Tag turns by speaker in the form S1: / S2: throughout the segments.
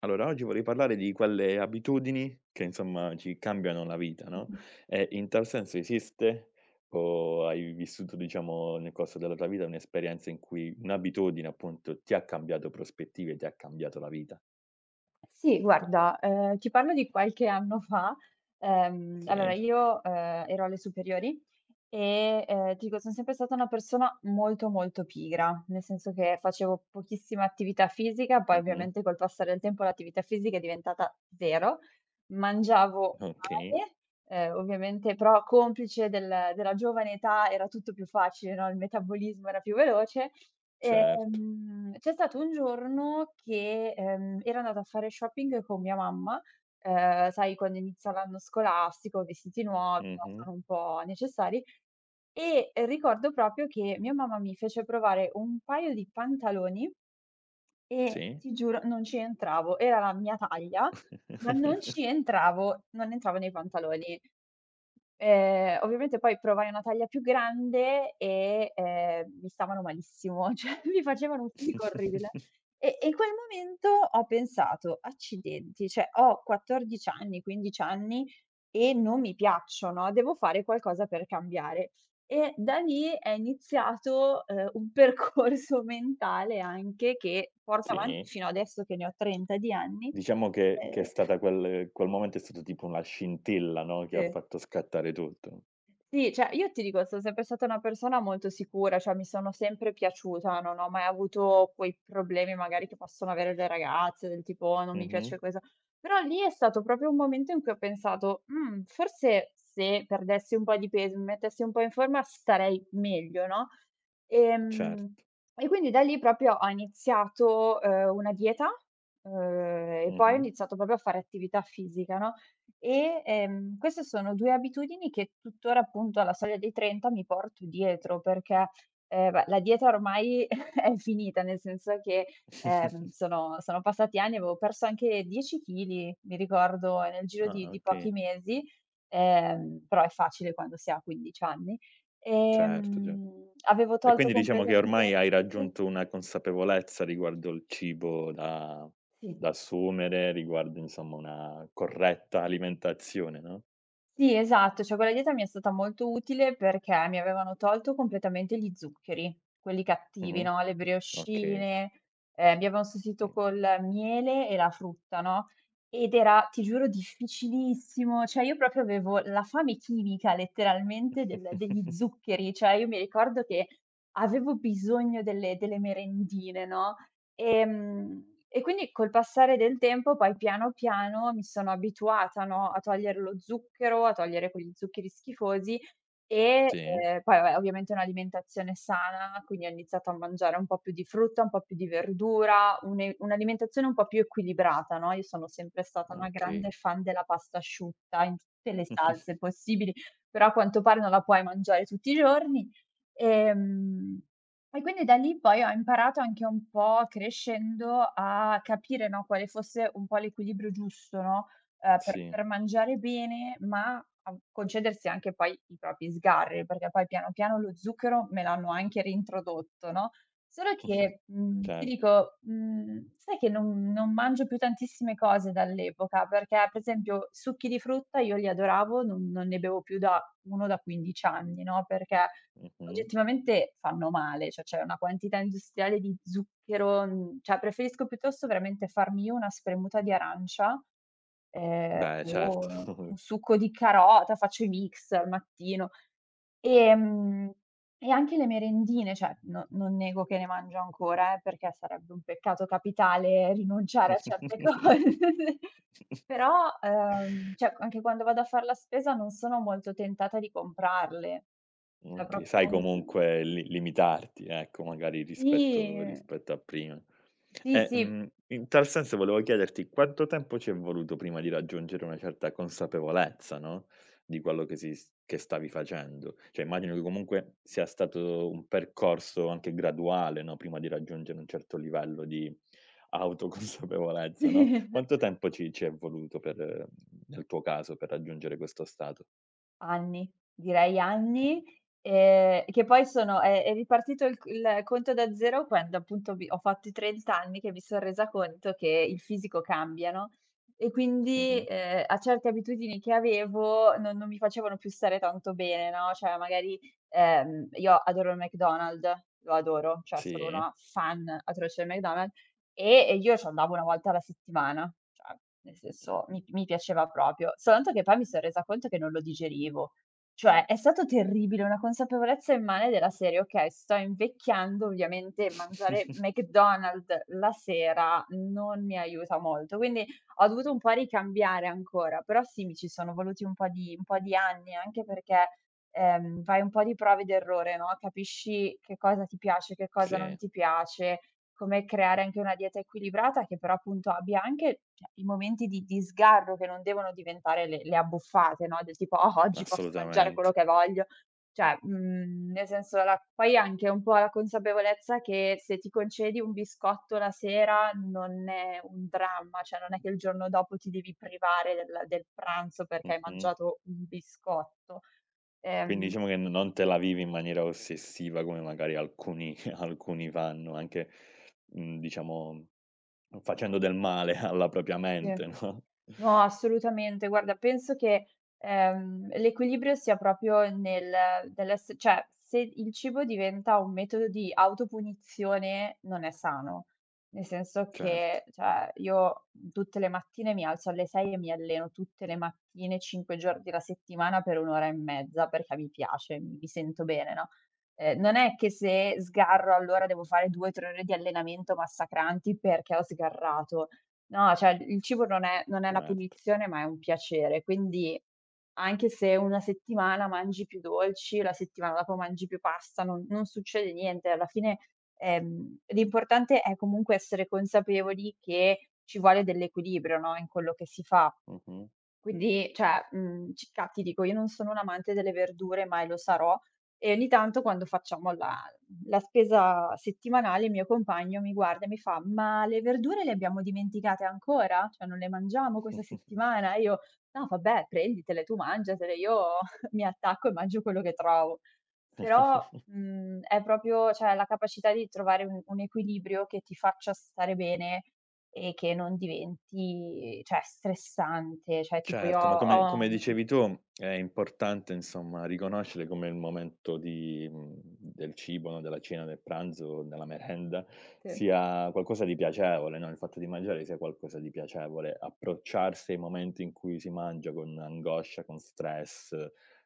S1: Allora, oggi vorrei parlare di quelle abitudini che insomma ci cambiano la vita, no, e in tal senso esiste o hai vissuto, diciamo, nel corso della tua vita un'esperienza in cui un'abitudine appunto ti ha cambiato prospettive, ti ha cambiato la vita?
S2: Sì, guarda, ti parlo di qualche anno fa.
S1: Sì,
S2: Allora io, ero alle superiori e, ti dico, son sempre stata una persona molto, molto pigra, nel senso che facevo pochissima attività fisica, poi
S1: mh-mh,
S2: ovviamente col passare del tempo l'attività fisica è diventata 0, mangiavo
S1: okay,
S2: male, ovviamente però complice della giovane età era tutto più facile, no, il metabolismo era più veloce.
S1: certo,
S2: C'è stato un giorno che, ero andata a fare shopping con mia mamma, sai quando inizia l'anno scolastico, vestiti nuovi, no,
S1: mh-mh,
S2: sono un po' necessari, e ricordo proprio che mia mamma mi fece provare un paio di pantaloni e
S1: sì.
S2: ti giuro non ci entravo. Era la mia taglia, ma non ci entravo, non entravo nei pantaloni. Ovviamente poi provai una taglia più grande e, mi stavano malissimo, cioè mi facevano un fisico orribile. E in quel momento ho pensato: "Accidenti, cioè ho 14 anni, 15 anni e non mi piacciono, devo fare qualcosa per cambiare." E da lì è iniziato, un percorso mentale anche che porto avanti
S1: Sì,
S2: fino adesso che ne ho 30 di anni.
S1: diciamo che è
S2: Ehm
S1: stata quel momento è stato tipo una scintilla, no, che ha
S2: sì.
S1: fatto scattare tutto.
S2: Sì, cioè io ti dico, sono sempre stata una persona molto sicura, cioè mi sono sempre piaciuta, non ho mai avuto quei problemi magari che possono avere le ragazze, del tipo: "Oh, non mi
S1: Mh-mh,
S2: piace questo". Però lì è stato proprio un momento in cui ho pensato: "Mhmm, forse se perdessi un po' di peso, mi mettessi un po' in forma starei meglio", no,
S1: cer
S2: ehm, e quindi da lì proprio ho iniziato, una dieta, uhm, e poi ho
S1: mh-mh.
S2: iniziato proprio a fare attività fisica, no, e, queste sono 2 abitudini che tuttora, appunto, alla soglia dei 30 mi porto dietro perché, beh, la dieta ormai è finita, nel senso che, sono passati anni, avevo perso anche 10 chili, mi ricordo, nel giro di
S1: Ah,
S2: di pochi
S1: okay.
S2: mesi, però è facile quando si ha 15 anni.
S1: Certo, cer
S2: Avevo
S1: e
S2: tolto
S1: quindi diciamo che ormai
S2: completamente.
S1: hai
S2: Sì,
S1: raggiunto una consapevolezza riguardo il cibo da
S2: sì.
S1: da assumere, riguardo insomma una corretta alimentazione, no,
S2: Sì, esatto, cioè quella dieta mi è stata molto utile perché mi avevano tolto completamente gli zuccheri, quelli cattivi,
S1: mh-mh,
S2: no, le
S1: okay,
S2: briochine, mi avevano sostituito
S1: sì.
S2: col miele e la frutta, no, ed era, ti giuro, difficilissimo, cioè io proprio avevo la fame chimica letteralmente del degli zuccheri, cioè io mi ricordo che avevo bisogno delle merendine, no. E quindi col passare del tempo poi piano piano mi sono abituata, no, a togliere lo zucchero, a togliere quegli zuccheri schifosi e,
S1: Sì,
S2: poi vabbè ovviamente un'alimentazione sana, quindi ho iniziato a mangiare un po' più di frutta, un po' più di verdura, une un'alimentazione un po' più equilibrata, no, io sono sempre stata una
S1: okay.
S2: grande fan della pasta asciutta in tutte le salse possibili, però a quanto pare non la puoi mangiare tutti i giorni. Ehm e quindi da lì poi ho imparato anche un po' crescendo a capire, no, quale fosse un po' l'equilibrio giusto, no, per
S1: Sì,
S2: per mangiare bene, ma a concedersi anche poi i propri sgarri, perché poi piano piano lo zucchero me l'hanno anche reintrodotto, no. Solo che, ti
S1: certo,
S2: dico, sai che non mangio più tantissime cose dall'epoca, perché per esempio succhi di frutta io li adoravo, non ne bevo più da 1 da 15 anni, no, perché
S1: mh-mh.
S2: oggettivamente fanno male, cioè c'è una quantità industriale di zucchero, cioè preferisco piuttosto veramente farmi io una spremuta di arancia.
S1: Beh,
S2: O
S1: certo.
S2: un succo di carota, faccio i mix al mattino. Ehm, e anche le merendine, cioè no non nego che ne mangio ancora, perché sarebbe un peccato capitale rinunciare a certe cose. Però, cioè anche quando vado a far la spesa non sono molto tentata di comprarle. Cioè
S1: Okay,
S2: proprio.
S1: sai comunque li limitarti, ecco, magari rispetto
S2: Sì,
S1: rispetto a prima.
S2: sì,
S1: E,
S2: sì.
S1: in tal senso volevo chiederti quanto tempo ci è voluto prima di raggiungere una certa consapevolezza, no, di quello che si s che stavi facendo? Cioè immagino che comunque sia stato un percorso anche graduale, no, prima di raggiungere un certo livello di autoconsapevolezza, no? Quanto tempo ci è voluto per nel tuo caso, per raggiungere questo stato?
S2: Anni, direi
S1: Mh.
S2: anni, che poi sono è ripartito il conto da 0 quando appunto mi ho fatto i 30 anni che mi son resa conto che il fisico cambia, no, e quindi,
S1: Mh-mh.
S2: a certe abitudini che avevo non mi facevano più stare tanto bene, no, cioè magari, io adoro il McDonald's, lo adoro, cioè sono
S1: Sì.
S2: una fan atroce del McDonald's e io c'andavo 1 volta alla settimana, cioè nel senso mi piaceva proprio, soltanto che poi mi son resa conto che non lo digerivo. Cioè è stato terribile, una consapevolezza immane della serie: "Okay, sto invecchiando, ovviamente mangiare McDonald's la sera non mi aiuta molto." Quindi ho dovuto un po' ricambiare ancora, però sì, mi ci sono voluti un po' di anni, anche perché, fai un po' di prova ed errore, no, capisci che cosa ti piace, che cosa non
S1: Sì,
S2: ti piace, come creare anche una dieta equilibrata che però appunto abbia anche, cioè, i momenti di sgarro che non devono diventare le abbuffate, no, del tipo: "Oh, oggi posso mangiare quello
S1: assolutamente.
S2: che voglio." Cioè, nel senso la poi anche un po' la consapevolezza che se ti concedi un biscotto la sera non è un dramma, cioè non è che il giorno dopo ti devi privare del pranzo perché hai
S1: Mh-mh.
S2: mangiato un biscotto.
S1: Quindi
S2: Ehm
S1: diciamo che n non te la vivi in maniera ossessiva come magari alcuni alcuni fanno, anche, diciamo facendo del male alla propria
S2: sì.
S1: mente, no.
S2: No, assolutamente. Guarda, penso che, l'equilibrio sia proprio nel nell'ess cioè, se il cibo diventa un metodo di autopunizione non è sano. Nel senso
S1: Certo,
S2: che, cioè, io tutte le mattine mi alzo alle 6 e mi alleno tutte le mattine, 5 giorni alla settimana per 1 ora e mezza perché mi piace, mi sento bene, no, non è che se sgarro allora devo fare 2, 3 ore di allenamento massacranti perché ho sgarrato. No, cioè il cibo non è una
S1: certo.
S2: punizione, ma è un piacere, quindi anche se una settimana mangi più dolci, la settimana dopo mangi più pasta, non succede niente. Alla fine, l'importante è comunque essere consapevoli che ci vuole dell'equilibrio, no, in quello che si fa.
S1: Mh-mh.
S2: Quindi, cioè, circa ti dico, io non sono un'amante delle verdure, mai lo sarò, e ogni tanto quando facciamo la spesa settimanale, il mio compagno mi guarda e mi fa: "Ma le verdure le abbiamo dimenticate ancora? Cioè non le mangiamo questa settimana?" E io: "No vabbè, prenditele tu, mangiatele, io mi attacco e mangio quello che trovo." Però, è proprio cioè la capacità di trovare un equilibrio che ti faccia stare bene e che non diventi, cioè, stressante. Cioè tipo io
S1: Certo, ma
S2: ho
S1: come
S2: ho,
S1: come
S2: mhmm
S1: dicevi tu è importante insomma riconoscere come il momento di del cibo, no, della cena, del pranzo, della merenda,
S2: Sì.
S1: sia qualcosa di piacevole, no, il fatto di mangiare sia qualcosa di piacevole. Approcciarsi ai momenti in cui si mangia con angoscia, con stress,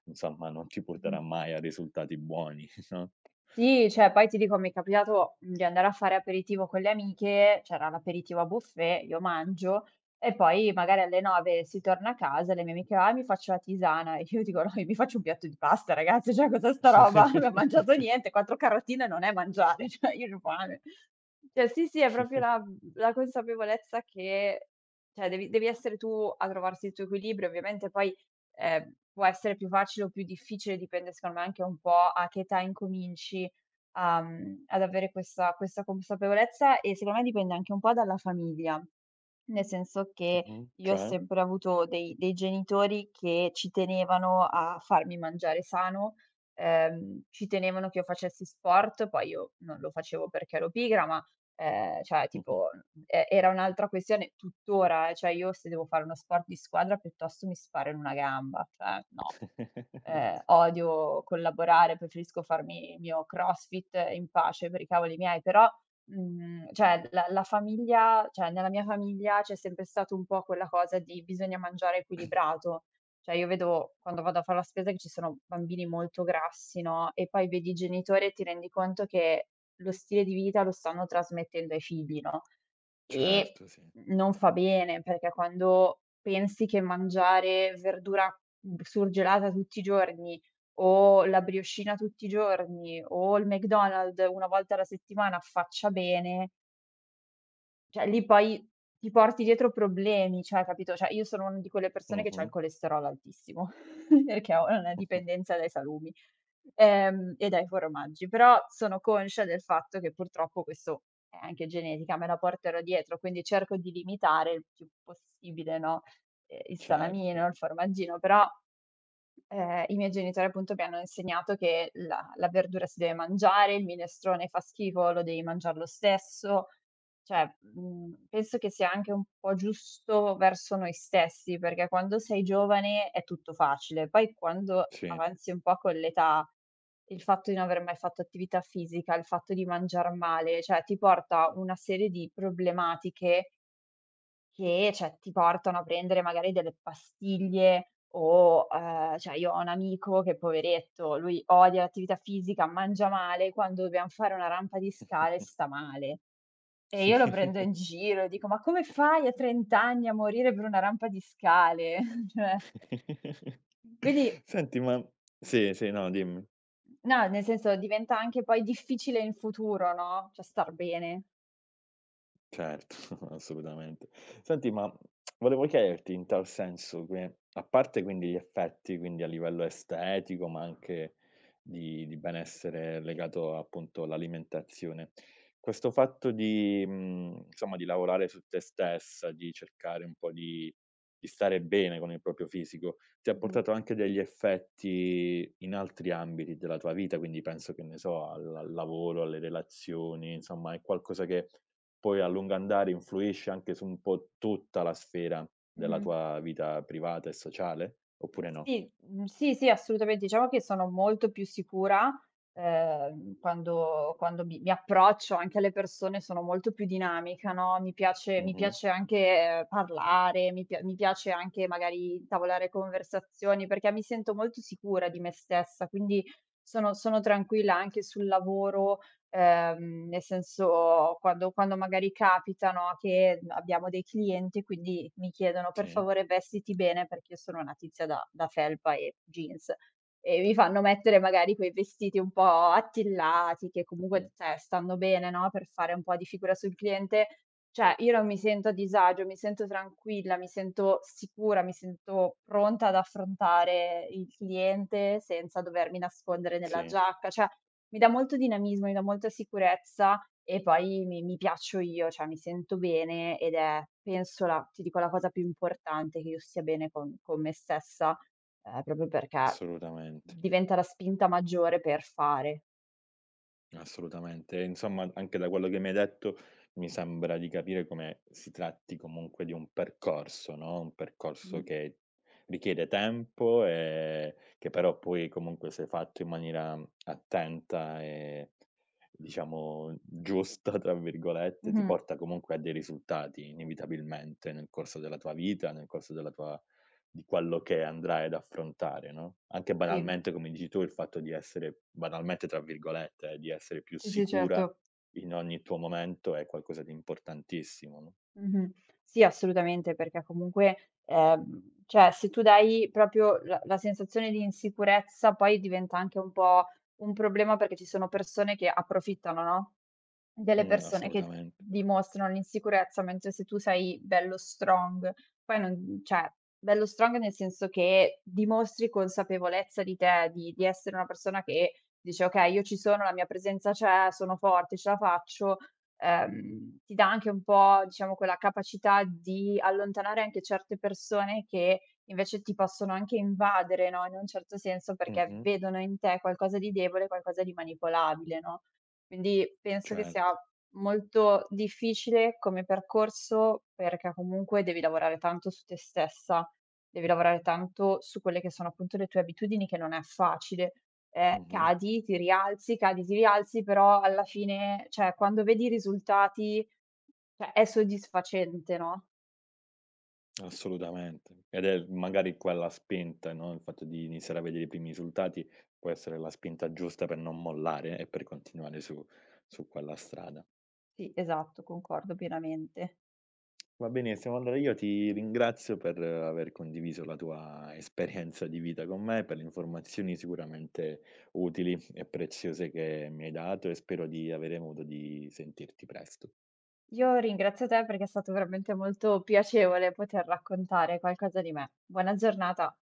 S1: insomma non ti porterà
S2: Mh-mh.
S1: mai a risultati buoni, no?
S2: Sì, cioè poi ti dico, mi è capitato, di andare a fare aperitivo con le amiche, c'era l'aperitivo a buffet, io mangio e poi magari alle 9 si torna a casa e le mie amiche: "Ah, mi faccio la tisana." E io dico: "No, io mi faccio un piatto di pasta ragazze, cioè cos'è sta roba? Non ho mangiato niente, 4 carotine non è mangiare, cioè io c'ho fame." Cioè sì, sì, è proprio la consapevolezza che cioè devi essere tu a trovarsi il tuo equilibrio. Ovviamente poi può essere più facile o più difficile, dipende secondo me anche un po' a che età incominci ad avere questa consapevolezza e secondo me dipende anche un po' dalla famiglia. Nel senso che
S1: Mh-mh.
S2: io ho
S1: Cioè?
S2: sempre avuto dei genitori che ci tenevano a farmi mangiare sano, ci tenevano che io facessi sport, poi io non lo facevo perché ero pigra, ma, cioè
S1: Mh-mh.
S2: tipo, e era un'altra questione tuttora, cioè io se devo fare uno sport di squadra piuttosto mi sparo in una gamba, cioè no. Odio collaborare, preferisco farmi il mio CrossFit in pace per i cavoli miei, però, cioè la famiglia cioè nella mia famiglia c'è sempre stato un po' quella cosa di bisogna mangiare equilibrato. Cioè io vedo quando vado a far la spesa che ci sono bambini molto grassi, no, e poi vedi i genitori e ti rendi conto che lo stile di vita lo stanno trasmettendo ai figli, no? E
S1: Certo, sì.
S2: non fa bene, perché quando pensi che mangiare verdura, surgelata tutti i giorni o la briochina tutti i giorni o il McDonald's una volta alla settimana faccia bene, cioè lì poi ti porti dietro problemi, cioè capito, cioè io sono una di quelle persone che c'ha il
S1: Mh-mh,
S2: colesterolo altissimo, perché ho una
S1: mh-mh.
S2: dipendenza dai salumi, e dai formaggi, però sono conscia del fatto che purtroppo questo è anche genetica, me la porterò dietro, quindi cerco di limitare il più possibile, no, il
S1: Certo.
S2: salamino, il formaggino, però. I miei genitori appunto mi hanno insegnato che la verdura si deve mangiare, il minestrone fa schifo, lo devi mangiar lo stesso. Cioè, penso che sia anche un po' giusto verso noi stessi, perché quando sei giovane è tutto facile, poi quando
S1: Sì.
S2: avanzi un po' con l'età, il fatto di non aver mai fatto attività fisica, il fatto di mangiar male, cioè ti porta una serie di problematiche che cioè, ti portano a prendere magari delle pastiglie o, cioè io ho un amico che poveretto, lui odia l'attività fisica, mangia male, quando dobbiamo fare una rampa di scale sta male. E io lo prendo in giro e dico: "Ma come fai a 30 anni a morire per una rampa di scale?" Cioè quindi
S1: Senti ma sì, sì, no dimmi.
S2: no, nel senso diventa anche poi difficile in futuro, no, cioè star bene.
S1: Certo, assolutamente. Senti, ma volevo chiederti in tal senso che, a parte quindi gli effetti, quindi a livello estetico, ma anche di benessere
S2: Sì.
S1: legato appunto all'alimentazione, questo fatto di, insomma, di lavorare su te stessa, di cercare un po' di stare bene con il proprio fisico, ti ha
S2: Mh-mh.
S1: portato anche degli effetti in altri ambiti della tua vita, quindi penso, che ne so, al lavoro, alle relazioni, insomma è qualcosa che poi a lungo andare influisce anche su un po' tutta la sfera della
S2: Mh-mh.
S1: tua vita privata e sociale? Oppure no?
S2: Sì, sì, sì, assolutamente. Diciamo che sono molto più sicura, quando mi approccio anche alle persone, sono molto più dinamica, no, mi piace mi
S1: Mh-mh.
S2: piace anche parlare, mi piace anche magari intavolare conversazioni, perché mi sento molto sicura di me stessa, quindi sono tranquilla anche sul lavoro. Nel senso quando magari capita, no, che abbiamo dei clienti e quindi mi chiedono: "Per
S1: Sì,
S2: favore vestiti bene", perché io sono una tizia da felpa e jeans, e mi fanno mettere magari quei vestiti un po' attillati che comunque,
S1: mh-mh.
S2: cioè, stanno bene, no, per fare un po' di figura sul cliente. Cioè, io non mi sento a disagio, mi sento tranquilla, mi sento sicura, mi sento pronta ad affrontare il cliente senza dovermi nascondere nella
S1: Sì,
S2: giacca. Cioè, mi dà molto dinamismo, mi dà molta sicurezza e poi mi piaccio io, cioè mi sento bene ed è penso la ti dico la cosa più importante, che io stia bene con me stessa, proprio perché
S1: assolutamente.
S2: diventa la spinta maggiore per fare.
S1: Assolutamente. E insomma, anche da quello che mi hai detto, mi sembra di capire come si tratti comunque di un percorso, no, un percorso
S2: Mh.
S1: che richiede tempo e che però poi comunque se fatto in maniera attenta e diciamo "giusta" tra virgolette, ti
S2: Mh-mh.
S1: porta comunque a dei risultati inevitabilmente nel corso della tua vita, nel corso della tua di quello che andrai ad affrontare, no, anche
S2: Sì.
S1: banalmente come dici tu, il fatto di essere banalmente tra virgolette, di essere più
S2: Sì, sì,
S1: sicura
S2: certo.
S1: in ogni tuo momento è qualcosa di importantissimo, no?
S2: Mh-mh. Sì, assolutamente, perché comunque, cioè se tu dai proprio la sensazione di insicurezza, poi diventa anche un po' un problema, perché ci sono persone che approfittano, no? Delle persone che
S1: Assolutamente.
S2: dimostrano l'insicurezza, mentre se tu sei bello strong, poi non cioè, bello strong nel senso che dimostri consapevolezza di te, di essere una persona che dice: "Okay, io ci sono, la mia presenza c'è, sono forte, ce la faccio", ti dà anche un po', diciamo, quella capacità di allontanare anche certe persone che invece ti possono anche invadere, no, in un certo senso, perché
S1: Mh-mh,
S2: vedono in te qualcosa di debole, qualcosa di manipolabile, no? Quindi penso che sia
S1: certo.
S2: molto difficile come percorso, perché comunque devi lavorare tanto su te stessa, devi lavorare tanto su quelle che sono appunto le tue abitudini, che non è facile.
S1: Mh-mh,
S2: Cadi, ti rialzi, cadi, ti rialzi, però alla fine, cioè quando vedi i risultati, cioè è soddisfacente, no?
S1: assolutamente. Ed è magari quella spinta, no, il fatto di
S2: Sì.
S1: iniziare a vedere i primi risultati può essere la spinta giusta per non mollare e per continuare su su quella strada.
S2: Sì, esatto, concordo pienamente.
S1: Va benissimo, allora io ti ringrazio per aver condiviso la tua esperienza di vita con me, per le informazioni sicuramente utili e preziose che mi hai dato e spero di avere modo di sentirti presto.
S2: Io ringrazio te perché è stato veramente molto piacevole poter raccontare qualcosa di me. Buona giornata.